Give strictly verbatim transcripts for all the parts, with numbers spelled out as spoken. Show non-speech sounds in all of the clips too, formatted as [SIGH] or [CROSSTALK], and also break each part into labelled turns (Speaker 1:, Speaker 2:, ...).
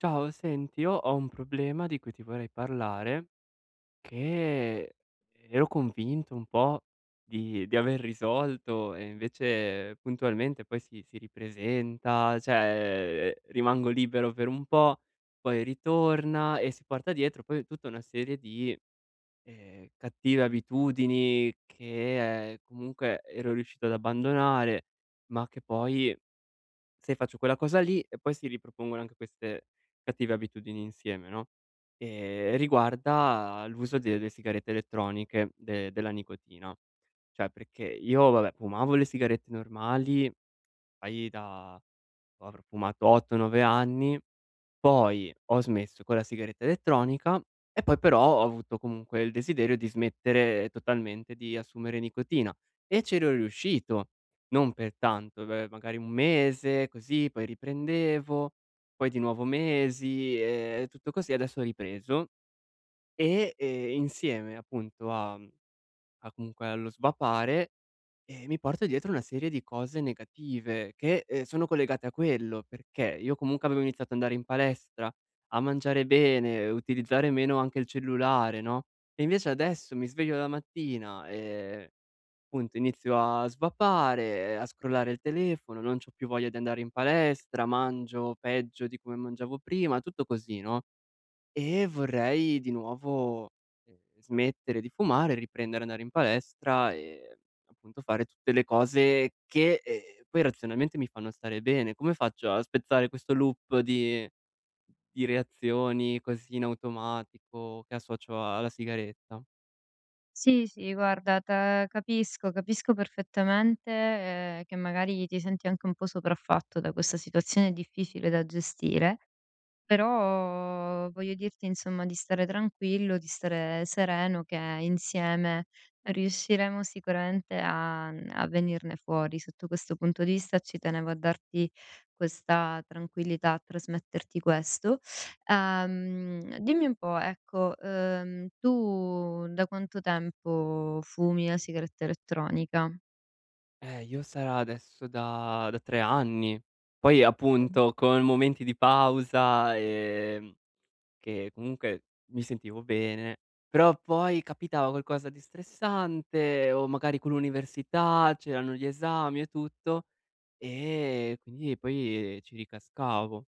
Speaker 1: Ciao, senti, io ho un problema di cui ti vorrei parlare, che ero convinto un po' di di aver risolto e invece puntualmente poi si si ripresenta, cioè eh, rimango libero per un po', poi ritorna e si porta dietro poi tutta una serie di, ehm, cattive abitudini che eh, comunque ero riuscito ad abbandonare, ma che poi se faccio quella cosa lì e poi si ripropongono anche queste cattive abitudini insieme, no, ehm, riguarda l'uso de delle sigarette elettroniche, de della nicotina. Cioè perché io vabbè fumavo le sigarette normali fai da boh, avrò fumato otto, nove anni, poi ho smesso con la sigaretta elettronica e poi però ho avuto comunque il desiderio di smettere totalmente di assumere nicotina e c'ero riuscito, non per tanto, beh, magari un mese così, poi riprendevo, poi di nuovo mesi e tutto così. Adesso ho ripreso e, ehm, insieme appunto a a comunque allo sbapare, e mi porto dietro una serie di cose negative che, ehm, sono collegate a quello, perché io comunque avevo iniziato ad andare in palestra, a mangiare bene, utilizzare meno anche il cellulare, no, e invece adesso mi sveglio la mattina e appunto inizio a sbapare, a scrollare il telefono, non c'ho più voglia di andare in palestra, mangio peggio di come mangiavo prima, tutto così, no? E vorrei di nuovo, ehm, smettere di fumare, riprendere ad andare in palestra e appunto fare tutte le cose che, ehm, poi razionalmente mi fanno stare bene. Come faccio a spezzare questo loop di di reazioni così in automatico che associo alla sigaretta?
Speaker 2: Sì, sì, guarda, te capisco, capisco perfettamente, ehm, che magari ti senti anche un po' sopraffatto da questa situazione difficile da gestire, però voglio dirti insomma di stare tranquillo, di stare sereno che insieme riusciremo sicuramente a mhmm, a venirne fuori. Sotto questo punto di vista ci tenevo a darti questa tranquillità, a trasmetterti questo. Ehm, dimmi un po', ecco, ehm, tu da quanto tempo fumi la sigaretta elettronica?
Speaker 1: Eh, io sarà adesso da da tre anni. Poi
Speaker 2: Mh.
Speaker 1: appunto con momenti di pausa, ehm che comunque mi sentivo bene, però poi capitava qualcosa di stressante o magari con l'università, c'erano gli esami e tutto, e quindi poi ci ricascavo.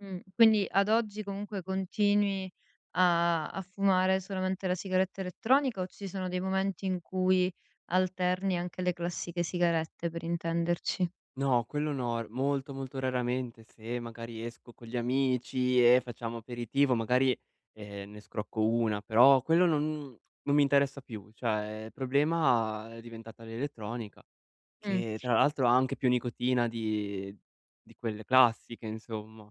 Speaker 2: Mh, quindi ad oggi comunque continui a a fumare solamente la sigaretta elettronica o ci sono dei momenti in cui alterni anche le classiche sigarette, per intenderci?
Speaker 1: No, quello no, r molto, molto raramente se magari esco con gli amici e facciamo aperitivo, magari, ehm, ne scrocco una, però quello non non mi interessa più, cioè il problema è diventata l'elettronica.
Speaker 2: Mh,
Speaker 1: Che tra l'altro ha anche più nicotina di di quelle classiche insomma.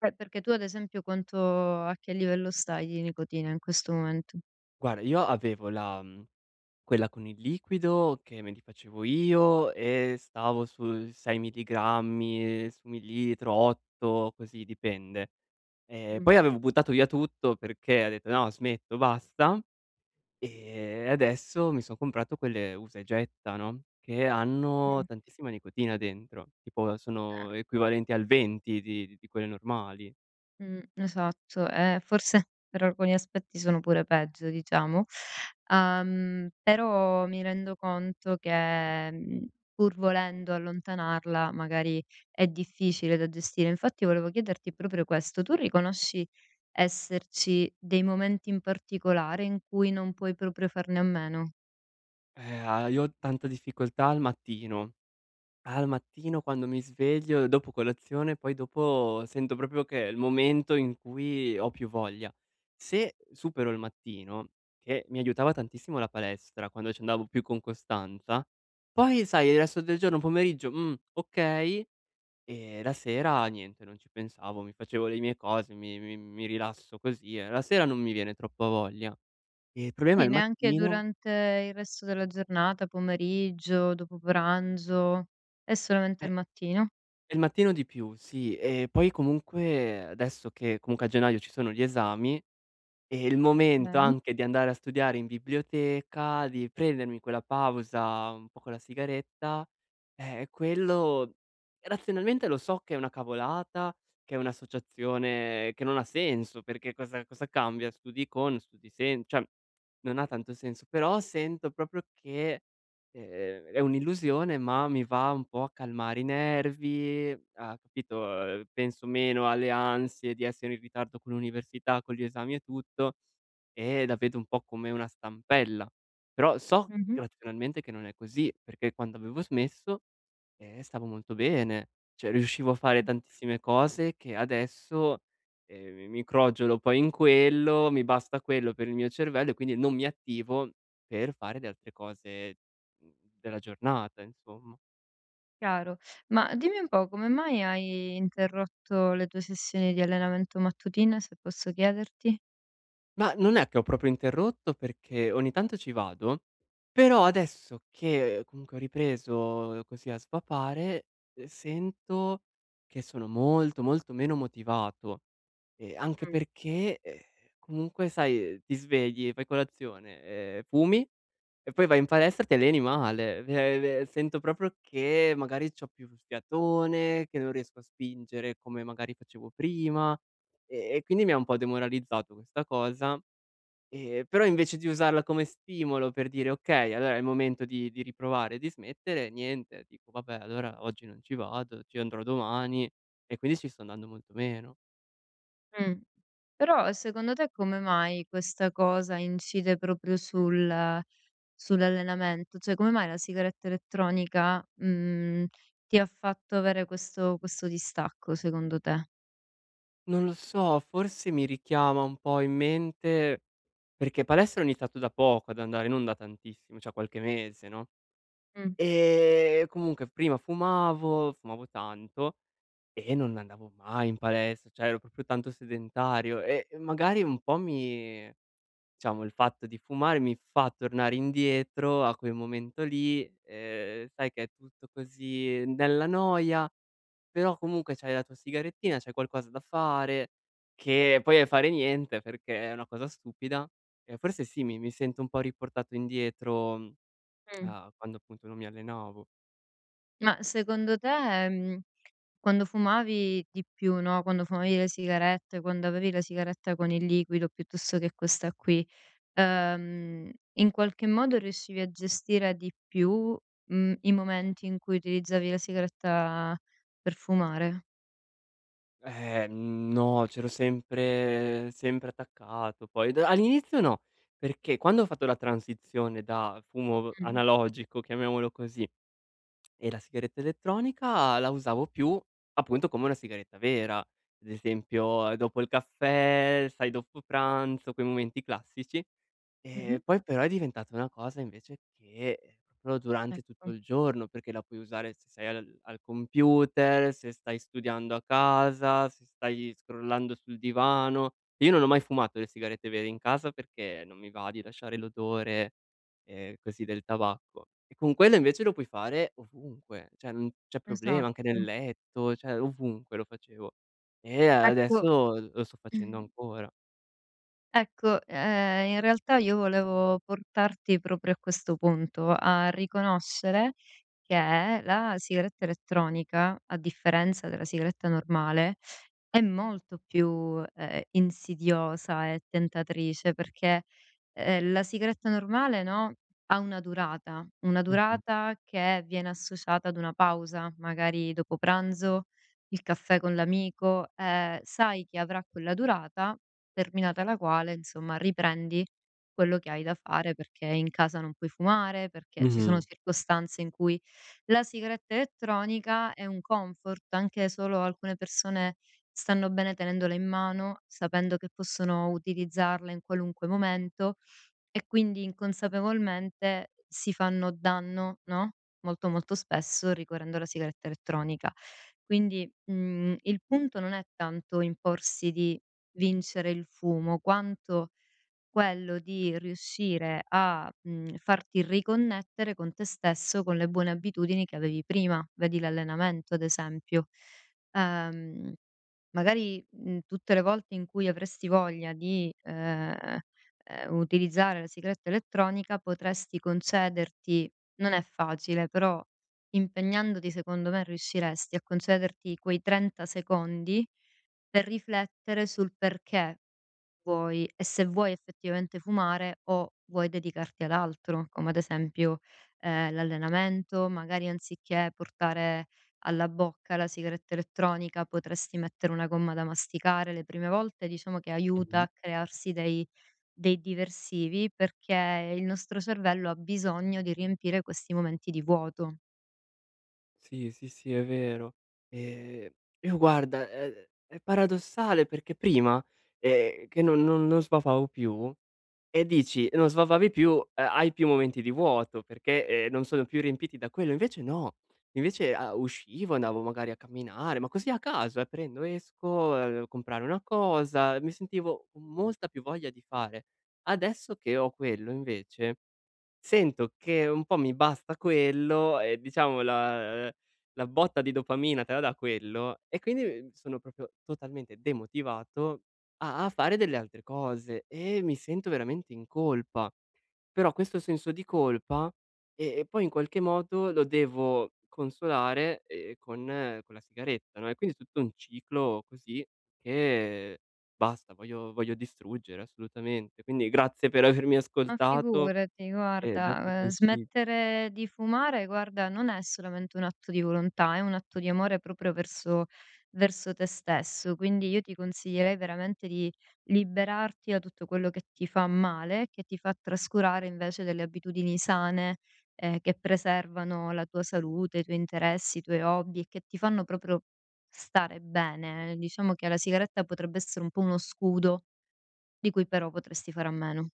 Speaker 2: eh, perché tu ad esempio quanto a che livello stai di nicotina in questo momento?
Speaker 1: Guarda io avevo la mhmm, quella con il liquido che me li facevo io e stavo sui sei milligrammi su millilitro, otto, così dipende. Ehm,
Speaker 2: Mh,
Speaker 1: poi avevo buttato via tutto perché ho detto: "No smetto, basta". E adesso mi son comprato quelle usa e getta, no, che hanno
Speaker 2: mh.
Speaker 1: tantissima nicotina dentro, tipo sono equivalenti al venti di di quelle normali.
Speaker 2: Mh, esatto. Eh, forse per alcuni aspetti sono pure peggio, diciamo. Uhm, però mi rendo conto che, mhmm, pur volendo allontanarla, magari è difficile da gestire. Infatti volevo chiederti proprio questo: tu riconosci esserci dei momenti in particolare in cui non puoi proprio farne a meno?
Speaker 1: Eh, a io ho tanta difficoltà al mattino. Al mattino quando mi sveglio, dopo colazione, poi dopo sento proprio che è il momento in cui ho più voglia. Se supero il mattino, che mi aiutava tantissimo la palestra quando ci andavo più con costanza, poi sai il resto del giorno, pomeriggio: "Mh, okay", e la sera niente, non ci pensavo, mi facevo le mie cose, mi mi mi rilasso così e la sera non mi viene troppa voglia. E il problema è
Speaker 2: E
Speaker 1: il
Speaker 2: neanche
Speaker 1: mattino
Speaker 2: durante il resto della giornata, pomeriggio, dopo pranzo? È solamente il
Speaker 1: eh.
Speaker 2: mattino?
Speaker 1: Il mattino di più, sì. E poi comunque adesso che comunque a gennaio ci sono gli esami, è il momento
Speaker 2: Okay.
Speaker 1: anche di andare a studiare in biblioteca, di prendermi quella pausa un po' con la sigaretta eh, quello razionalmente lo so che è una cavolata, che è un'associazione che non ha senso, perché cosa cosa cambia? Studi con, studi sen cioè non ha tanto senso, però sento proprio che, ehm, è un'illusione, ma mi va un po' a calmare i nervi, a capito, uhm, penso meno alle ansie di essere in ritardo con l'università, con gli esami e tutto, e la vedo un po' come una stampella. Però so
Speaker 2: Mh-mh.
Speaker 1: razionalmente che non è così, perché quando avevo smesso eh, stavo molto bene, cioè riuscivo a fare tantissime cose che adesso, ehm, mi mi crogiolo poi in quello, mi basta quello per il mio cervello e quindi non mi attivo per fare le altre cose, mhmm, della giornata, insomma.
Speaker 2: Chiaro. Ma dimmi un po' come mai hai interrotto le tue sessioni di allenamento mattutine, se posso chiederti?
Speaker 1: Ma non è che ho proprio interrotto perché ogni tanto ci vado, però adesso che eh, comunque ho ripreso così a svapare, ehm, sento che sono molto, molto meno motivato. Ehm, anche
Speaker 2: Mh.
Speaker 1: perché, ehm, comunque sai, ehm, ti svegli, fai colazione, ehm, fumi e poi vai in palestra e ti alleni male. Ve ve Sento proprio che magari c'ho più fiatone, che non riesco a spingere come magari facevo prima, e e quindi mi ha un po' demoralizzato questa cosa. Ehm, però invece di usarla come stimolo per dire: "Okay, allora è il momento di di riprovare e di smettere", niente, dico: "Vabbè, allora oggi non ci vado, ci andrò domani", e quindi ci sto andando molto meno.
Speaker 2: Mh. Però secondo te come mai questa cosa incide proprio sul sull'allenamento? Cioè come mai la sigaretta elettronica, mhmm, ti ha fatto avere questo questo distacco secondo te?
Speaker 1: Non lo so, forse mi richiama un po' in mente perché palestra ho iniziato da poco ad andare, non da tantissimo, cioè qualche mese, no,
Speaker 2: Mh.
Speaker 1: ehm, comunque prima fumavo, fumavo tanto e non andavo mai in palestra, cioè ero proprio tanto sedentario e e magari un po' mi diciamo il fatto di fumare mi fa tornare indietro a quel momento lì, ehm, sai che è tutto così nella noia però comunque c'hai la tua sigarettina, c'hai qualcosa da fare, che poi è fare niente perché è una cosa stupida. E forse sì, mi mi sento un po' riportato indietro, mhmm, a quando appunto non mi allenavo.
Speaker 2: Ma secondo te, mhmm, quando fumavi di più, no, quando fumavi le sigarette, quando avevi la sigaretta con il liquido piuttosto che questa qui, ehm, in qualche modo riuscivi a gestire di più, mhmm, i momenti in cui utilizzavi la sigaretta per fumare?
Speaker 1: Eh, no, c'ero sempre sempre attaccato poi. D All'inizio no, perché quando ho fatto la transizione da fumo
Speaker 2: Mh.
Speaker 1: analogico, chiamiamolo così. E la sigaretta elettronica la usavo più, appunto, come una sigaretta vera. Ad esempio, eh, dopo il caffè, sai, dopo pranzo, quei momenti classici. Ehm,
Speaker 2: Mh-mh.
Speaker 1: poi però è diventata una cosa invece che, ehm, proprio durante
Speaker 2: Ecco,
Speaker 1: tutto il giorno, perché la puoi usare se sei al al computer, se stai studiando a casa, se stai scrollando sul divano. Io non ho mai fumato le sigarette vere in casa perché non mi va di lasciare l'odore, ehm, così del tabacco. E con quello invece lo puoi fare ovunque, cioè non c'è problema, anche nel
Speaker 2: esatto.
Speaker 1: letto, cioè ovunque lo facevo. E
Speaker 2: Ecco
Speaker 1: adesso lo sto facendo
Speaker 2: [CLEARS THROAT]
Speaker 1: ancora.
Speaker 2: Ecco, ehm, in realtà io volevo portarti proprio a questo punto, a riconoscere che la sigaretta elettronica, a differenza della sigaretta normale, è molto più, ehm, insidiosa e tentatrice perché, ehm, la sigaretta normale, no, ha una durata, una
Speaker 1: Mh-mh.
Speaker 2: durata che viene associata ad una pausa, magari dopo pranzo, il caffè con l'amico, ehm, sai che avrà quella durata, terminata la quale insomma riprendi quello che hai da fare, perché in casa non puoi fumare, perché ci sono
Speaker 1: Mh-mh,
Speaker 2: circostanze in cui la sigaretta elettronica è un comfort, anche solo alcune persone stanno bene tenendola in mano, sapendo che possono utilizzarla in qualunque momento, e quindi inconsapevolmente si fanno danno, no, molto, molto spesso ricorrendo alla sigaretta elettronica. Quindi, mhmm, il punto non è tanto imporsi di vincere il fumo, quanto quello di riuscire a, mhmm, farti riconnettere con te stesso, con le buone abitudini che avevi prima, vedi l'allenamento ad esempio. Ehm, Magari, mhmm, tutte le volte in cui avresti voglia di, ehm ehm, utilizzare la sigaretta elettronica potresti concederti, non è facile, però impegnandoti secondo me riusciresti a concederti quei trenta secondi per riflettere sul perché vuoi e se vuoi effettivamente fumare o vuoi dedicarti ad altro, come ad esempio, ehm, l'allenamento, magari anziché portare alla bocca la sigaretta elettronica, potresti mettere una gomma da masticare. Le prime volte diciamo che aiuta
Speaker 1: mh-mh.
Speaker 2: a crearsi dei dei diversivi, perché il nostro cervello ha bisogno di riempire questi momenti di vuoto.
Speaker 1: Sì, sì, sì, è vero. Ehm, io guarda, ehm, è paradossale perché prima, ehm, che non non non sbavavo più e dici: "Non sbavavi più", ehm, hai più momenti di vuoto perché, ehm, non sono più riempiti da quello, invece no. Invece, a uscivo, andavo magari a camminare, ma così a caso, eh, prendo, esco, ehm, comprare una cosa, mi sentivo con molta più voglia di fare. Adesso che ho quello invece sento che un po' mi basta quello e diciamo la ehm, la botta di dopamina te la dà quello e quindi, uhm, sono proprio totalmente demotivato a a fare delle altre cose e mi sento veramente in colpa. Però questo senso di colpa, e e poi in qualche modo lo devo consolare, ehm, con con la sigaretta, no, e quindi tutto un ciclo così che basta, voglio voglio distruggere assolutamente. Quindi grazie per avermi
Speaker 2: Ma
Speaker 1: ascoltato
Speaker 2: figurati,
Speaker 1: eh, dato
Speaker 2: guarda, ehm,
Speaker 1: consi
Speaker 2: smettere di fumare, guarda, non è solamente un atto di volontà, è un atto di amore proprio verso verso te stesso. Quindi io ti consiglierei veramente di liberarti da tutto quello che ti fa male, che ti fa trascurare invece delle abitudini sane, ehm, che preservano la tua salute, i tuoi interessi, i tuoi hobby e che ti fanno proprio stare bene. Eh, Diciamo che la sigaretta potrebbe essere un po' uno scudo, di cui però potresti fare a meno.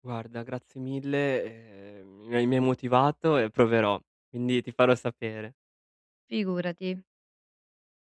Speaker 1: guarda grazie mille, ehm, mi hai mi hai motivato e proverò, quindi ti farò sapere.
Speaker 2: Figurati.